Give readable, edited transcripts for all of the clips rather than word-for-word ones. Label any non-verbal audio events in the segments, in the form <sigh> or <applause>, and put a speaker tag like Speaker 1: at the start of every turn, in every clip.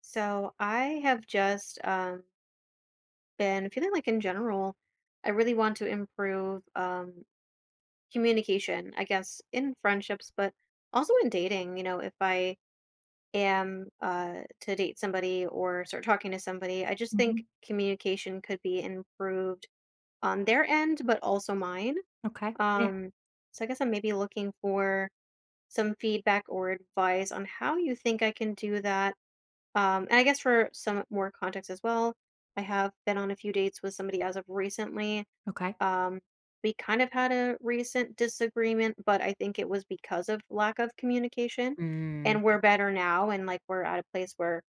Speaker 1: So I have just been feeling like in general, I really want to improve communication, I guess, in friendships, but also in dating. You know, if I am to date somebody or start talking to somebody, I just
Speaker 2: Mhm.
Speaker 1: think communication could be improved on their end, but also mine.
Speaker 2: Okay. Yeah.
Speaker 1: Um, so I guess I'm maybe looking for some feedback or advice on how you think I can do that. And I guess for some more context as well, I have been on a few dates with somebody as of recently.
Speaker 2: Okay.
Speaker 1: Um, we kind of had a recent disagreement, but I think it was because of lack of communication.
Speaker 2: Mm,
Speaker 1: And we're better now. And like we're at a place where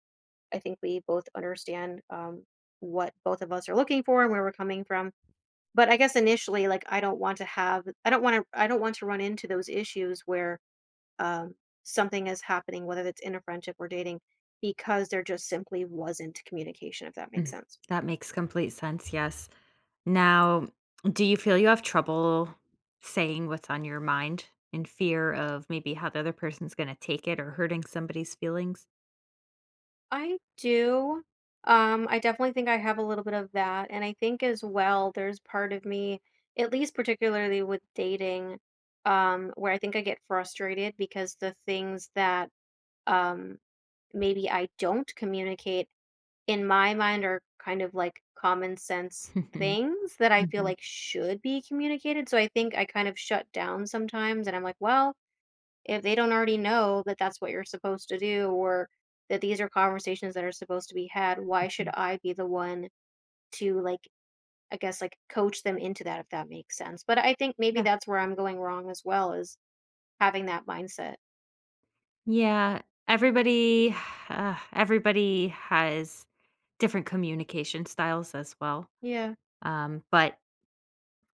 Speaker 1: I think we both understand what both of us are looking for and where we're coming from. But I guess initially, like, I don't want to have, I don't want to, I don't want to run into those issues where um, something is happening, whether it's in a friendship or dating, because there just simply wasn't communication, if that makes
Speaker 2: mm,
Speaker 1: sense.
Speaker 2: that makes complete sense. Yes. Now, do you feel you have trouble saying what's on your mind in fear of maybe how the other person's going to take it or hurting somebody's feelings?
Speaker 1: I do. I definitely think I have a little bit of that. And I think as well, there's part of me, at least particularly with dating, where I think I get frustrated because the things that um, maybe I don't communicate in my mind are kind of like common sense
Speaker 2: <laughs> Mhm,
Speaker 1: things that I feel
Speaker 2: mhm,
Speaker 1: like should be communicated. So I think I kind of shut down sometimes and I'm like, well, if they don't already know that that's what you're supposed to do or that these are conversations that are supposed to be had, why should
Speaker 2: mhm.
Speaker 1: I be the one to like, I guess, like coach them into that, if that makes sense. But I think maybe
Speaker 2: Yeah.
Speaker 1: that's where I'm going wrong as well is having that mindset.
Speaker 2: Yeah. Everybody has different communication styles as well.
Speaker 1: Yeah,
Speaker 2: But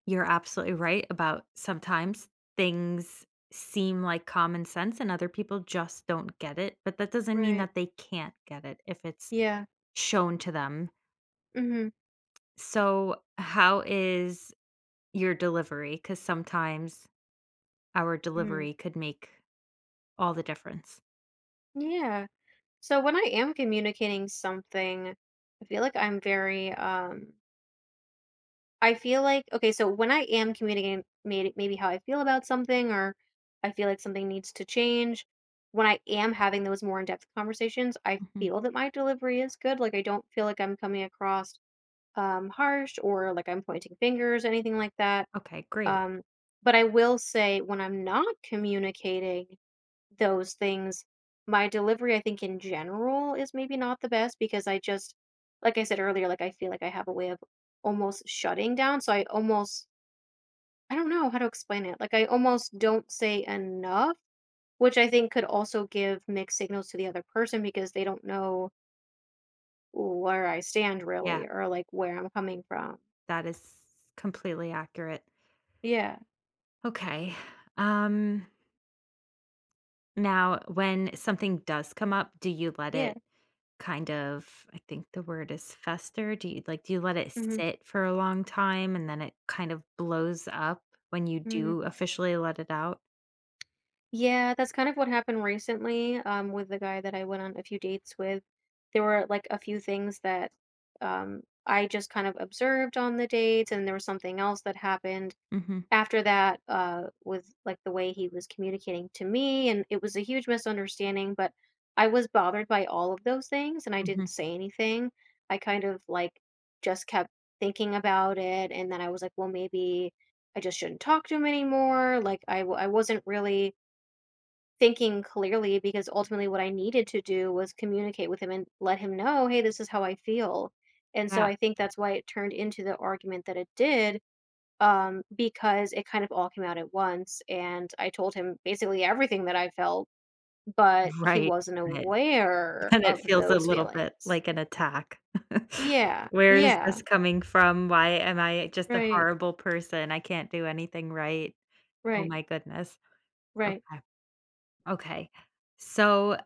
Speaker 2: you're absolutely right about sometimes things seem like common sense and other people just don't get it, but that doesn't mean
Speaker 1: right.
Speaker 2: that they can't get it if it's
Speaker 1: Yeah.
Speaker 2: shown to them.
Speaker 1: Mhm.
Speaker 2: So, how is your delivery? Because sometimes our
Speaker 1: Mhm.
Speaker 2: delivery could make all the difference.
Speaker 1: Yeah. So when I am communicating something, I feel like I'm very I feel like okay, so when I am communicating maybe how I feel about something or I feel like something needs to change, when I am having those more in-depth conversations, I
Speaker 2: Mhm.
Speaker 1: feel that my delivery is good. Like I don't feel like I'm coming across harsh or like I'm pointing fingers, anything like that.
Speaker 2: Okay, great.
Speaker 1: Um but I will say when I'm not communicating those things. My delivery, I think in general is maybe not the best because I just, like I said earlier, like I feel like I have a way of almost shutting down, so I almost, I don't know how to explain it. Like I almost don't say enough, which I think could also give mixed signals to the other person because they don't know where I stand
Speaker 2: Yeah,
Speaker 1: really or like where I'm coming from.
Speaker 2: that is completely accurate.
Speaker 1: Yeah.
Speaker 2: Okay. Um now when something does come up, do you let
Speaker 1: Yeah.
Speaker 2: it kind of, I think the word is fester. Do you let it sit for a long time and then it kind of blows up when you
Speaker 1: hmm
Speaker 2: do officially let it out?
Speaker 1: Yeah, that's kind of what happened recently, with the guy that I went on a few dates with. There were like a few things that I just kind of observed on the dates, and there was something else that happened
Speaker 2: Mhm,
Speaker 1: after that with like the way he was communicating to me, and it was a huge misunderstanding, but I was bothered by all of those things, and I
Speaker 2: mhm.
Speaker 1: didn't say anything. I kind of like just kept thinking about it, and then I was like, well, maybe I just shouldn't talk to him anymore. I wasn't really thinking clearly because ultimately what I needed to do was communicate with him and let him know, "Hey, this is how I feel." And so
Speaker 2: Yeah,
Speaker 1: I think that's why it turned into the argument that it did, because it kind of all came out at once. And I told him basically everything that I felt, but he
Speaker 2: right,
Speaker 1: wasn't
Speaker 2: and it <laughs>
Speaker 1: aware
Speaker 2: and it
Speaker 1: of
Speaker 2: feels a
Speaker 1: those
Speaker 2: little bit
Speaker 1: feelings.
Speaker 2: like an attack. <laughs>
Speaker 1: Yeah,
Speaker 2: Where is this
Speaker 1: yeah,
Speaker 2: coming from? Why am I just a
Speaker 1: right,
Speaker 2: horrible person? I can't do anything right. Oh
Speaker 1: right,
Speaker 2: my goodness.
Speaker 1: right.
Speaker 2: Okay, okay. So,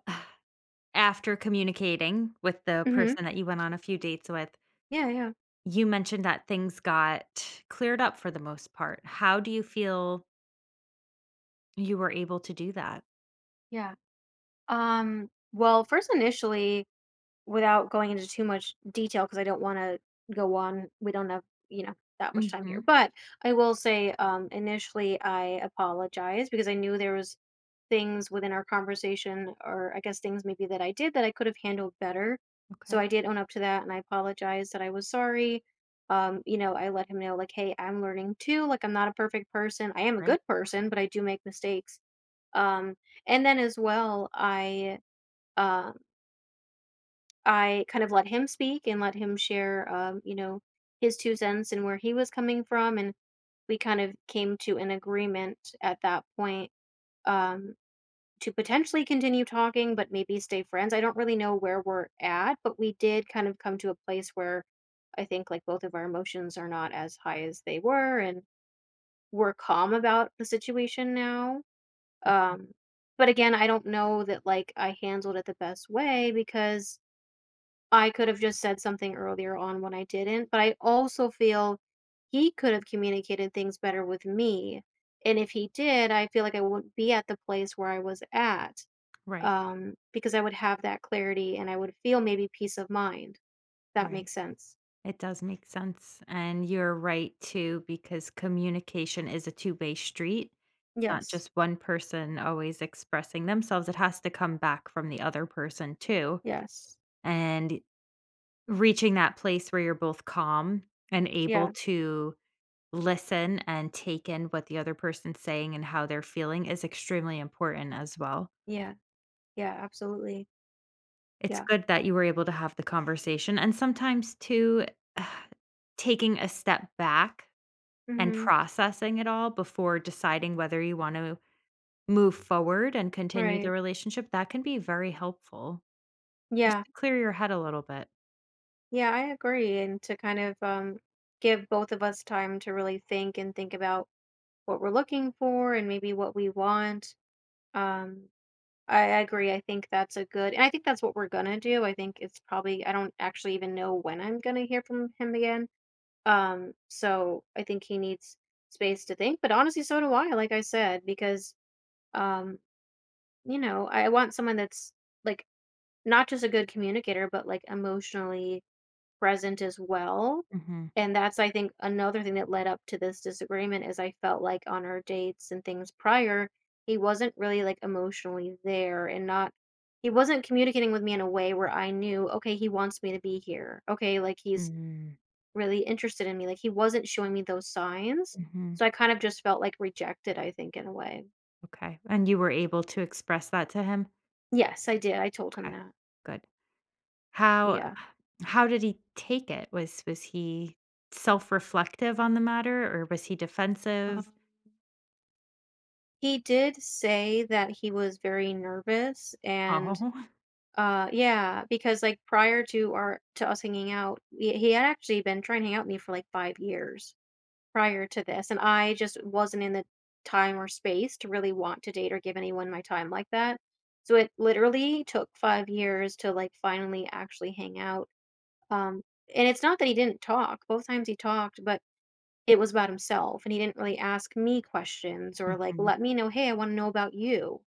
Speaker 2: after communicating with the person
Speaker 1: hmm
Speaker 2: that you went on a few dates with,
Speaker 1: Yeah, yeah,
Speaker 2: you mentioned that things got cleared up for the most part. How do you feel you were able to do that?
Speaker 1: yeah. Well, first initially, without going into too much detail, because I don't wanna go on, we don't have, you know, that much time here,
Speaker 2: Mhm.
Speaker 1: but I will say, initially, I apologized because I knew there was things within our conversation, or I guess things maybe that I did that I could have handled better. So
Speaker 2: Okay.
Speaker 1: I did own up to that and I apologized that I was sorry. You know, I let him know like, "Hey, I'm learning too, like, I'm not a perfect person. I am a
Speaker 2: Right.
Speaker 1: good person, but I do make mistakes." Um, and then as well, um I kind of let him speak and let him share, you know, his two cents and where he was coming from, and we kind of came to an agreement at that point, um, to potentially continue talking, but maybe stay friends. I don't really know where we're at, but we did kind of come to a place where I think like both of our emotions are not as high as they were, and we're calm about the situation now.
Speaker 2: Okay.
Speaker 1: Um, but again, I don't know that like I handled it the best way because I could have just said something earlier on when I didn't, but I also feel he could have communicated things better with me, and if he did, I feel like I wouldn't be at the place where I was at,
Speaker 2: Right.
Speaker 1: because I would have that clarity and I would feel maybe peace of mind. That
Speaker 2: Right.
Speaker 1: makes sense.
Speaker 2: It does make sense. And you're right too, because communication is a two-way street. It's not
Speaker 1: Yes.
Speaker 2: just one person always expressing themselves. It has to come back from the other person too.
Speaker 1: Yes.
Speaker 2: And reaching that place where you're both calm and able
Speaker 1: Yeah.
Speaker 2: to listen and take in what the other person's saying and how they're feeling is extremely important as well.
Speaker 1: Yeah. Yeah, absolutely.
Speaker 2: It's
Speaker 1: Yeah.
Speaker 2: good that you were able to have the conversation, and sometimes too <sighs> taking a step back and
Speaker 1: Mhm.
Speaker 2: processing it all before deciding whether you want to move forward and continue the
Speaker 1: Right.
Speaker 2: relationship, that can be very helpful just
Speaker 1: Yeah.
Speaker 2: to clear your head a little bit.
Speaker 1: Yeah, I agree, and to kind of, give both of us time to really think and think about what we're looking for and maybe what we want. Um, I agree. I think that's a good, and I think that's what we're gonna do. I think it's probably, I don't actually even know when I'm gonna hear from him again. So I think he needs space to think, but honestly, so do I, like I said, because, um, you know, I want someone that's like not just a good communicator, but like emotionally present as well.
Speaker 2: Mhm.
Speaker 1: And that's, I think, another thing that led up to this disagreement is I felt like on our dates and things prior, he wasn't really like emotionally there, and not, he wasn't communicating with me in a way where I knew, okay, he wants me to be here. Okay, like he's
Speaker 2: Mhm.
Speaker 1: really interested in me. Like he wasn't showing me those signs.
Speaker 2: Mhm.
Speaker 1: So I kind of just felt like rejected, I think, in a way.
Speaker 2: Okay. And you were able to express that to him?
Speaker 1: Yes, I did. I told him
Speaker 2: Okay.
Speaker 1: that.
Speaker 2: Good. How
Speaker 1: Yeah.
Speaker 2: how did he take it? Was he self-reflective on the matter, or was he defensive?
Speaker 1: Um, he did say that he was very nervous and
Speaker 2: Oh.
Speaker 1: Yeah, because like prior to our to us hanging out, he had actually been trying to hang out with me for like 5 years prior to this, and I just wasn't in the time or space to really want to date or give anyone my time like that. So it literally took 5 years to like finally actually hang out. Um, and it's not that he didn't talk. Both times he talked, but it was about himself, and he didn't really ask me questions or like
Speaker 2: Mhm,
Speaker 1: let me know, hey, I want to know about you.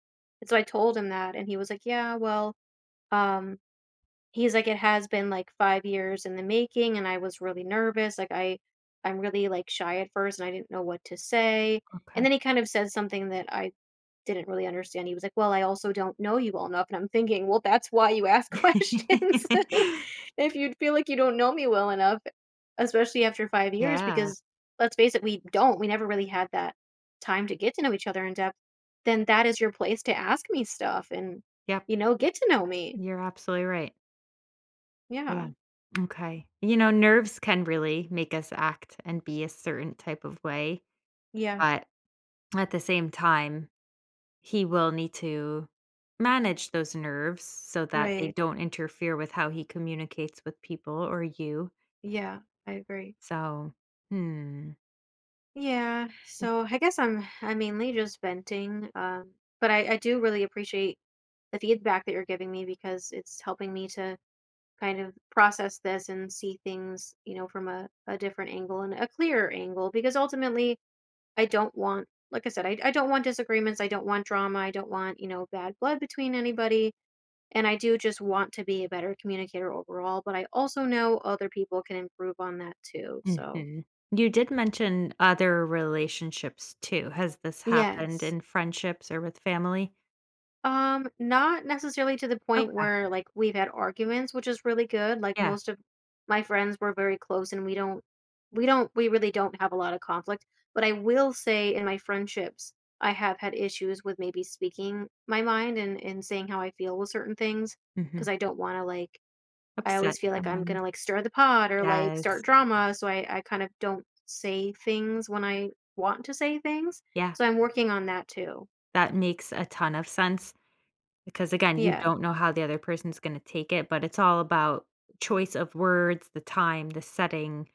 Speaker 1: And so I told him that, and he was like, yeah, well. Um, He's like, "It has been, like, 5 years in the making, and I was really nervous, like, I'm really, like, shy at first, and I didn't know what to say." And
Speaker 2: okay.
Speaker 1: then he kind of said something that I didn't really understand. He was like, "Well, I also don't know you well enough," and I'm thinking, "Well, that's why you ask <laughs> questions.
Speaker 2: <laughs>
Speaker 1: <laughs> If you'd feel like you don't know me well enough, especially after 5 years,"
Speaker 2: Yeah,
Speaker 1: because let's face it, we never really had that time to get to know each other in depth, then that is your place to ask me stuff and,
Speaker 2: yep,
Speaker 1: you know, get to know me.
Speaker 2: you're absolutely right. Yeah,
Speaker 1: Yeah.
Speaker 2: okay. You know, nerves can really make us act and be a certain type of way,
Speaker 1: Yeah.
Speaker 2: but at the same time, he will need to manage those nerves so that they
Speaker 1: Right.
Speaker 2: don't interfere with how he communicates with people or you.
Speaker 1: Yeah, I agree.
Speaker 2: So, hmm.
Speaker 1: Yeah, so I guess I'm mainly just venting. But I do really appreciate the feedback that you're giving me because it's helping me to kind of process this and see things, you know, from a different angle and a clearer angle, because ultimately I don't want, like I said, I don't want disagreements, I don't want drama, I don't want, you know, bad blood between anybody. And I do just want to be a better communicator overall, but I also know other people can improve on that too. So
Speaker 2: Mhm. You did mention other relationships too. Has this happened
Speaker 1: yes.
Speaker 2: in friendships or with family?
Speaker 1: Not necessarily to the point
Speaker 2: Okay.
Speaker 1: where like we've had arguments, which is really good. Like
Speaker 2: Yeah.
Speaker 1: most of my friends were very close and we really don't have a lot of conflict. But I will say in my friendships, I have had issues with maybe speaking my mind and saying how I feel with certain things because
Speaker 2: Mhm.
Speaker 1: I don't want to like, I
Speaker 2: Upset
Speaker 1: always feel like I'm
Speaker 2: someone.
Speaker 1: gonna like stir the pot or like start
Speaker 2: Yes.
Speaker 1: drama, so I kind of don't say things when I want to say things.
Speaker 2: Yeah.
Speaker 1: So I'm working on that too.
Speaker 2: That makes a ton of sense because again, you
Speaker 1: Yeah,
Speaker 2: don't know how the other person's gonna take it, but it's all about choice of words, the time, the setting.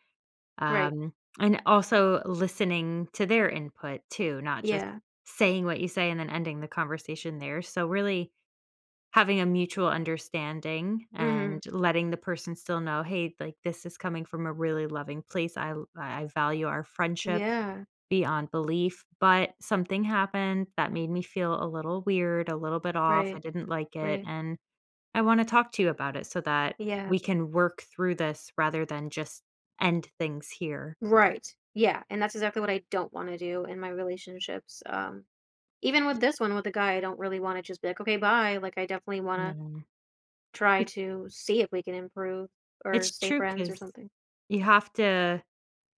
Speaker 1: right.
Speaker 2: Um, and also listening to their input too, not just
Speaker 1: Yeah.
Speaker 2: saying what you say and then ending the conversation there. So really having a mutual understanding
Speaker 1: Mhm.
Speaker 2: and letting the person still know, "Hey, like this is coming from a really loving place. I value our friendship
Speaker 1: Yeah.
Speaker 2: beyond belief, but something happened that made me feel a little weird, a little bit off. I
Speaker 1: Right.
Speaker 2: didn't like it,
Speaker 1: Right.
Speaker 2: and I want to talk to you about it so that
Speaker 1: Yeah.
Speaker 2: we can work through this rather than just end things here."
Speaker 1: Right. Yeah. And that's exactly what I don't want to do in my relationships. Even with this one with the guy, I don't really want to just be like, okay, bye. Like, I definitely want to
Speaker 2: No.
Speaker 1: try
Speaker 2: Be
Speaker 1: to see if we can improve or
Speaker 2: it's
Speaker 1: stay
Speaker 2: true
Speaker 1: friends or
Speaker 2: because
Speaker 1: something.
Speaker 2: you have to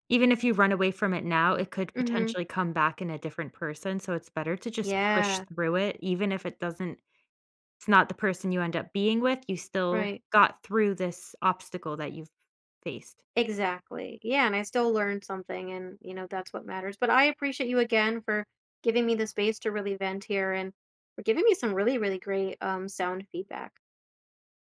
Speaker 2: even if you run away from it now, it could
Speaker 1: Mm-hmm.
Speaker 2: potentially come back in a different person, so it's better to just push
Speaker 1: Yeah.
Speaker 2: through it, even if it's not the person you end up being with, you still
Speaker 1: Right.
Speaker 2: got through this obstacle that you've faced.
Speaker 1: Exactly. Yeah. And I still learned something, and you know that's what matters. But I appreciate you again for giving me the space to really vent here and for giving me some really, really great sound feedback.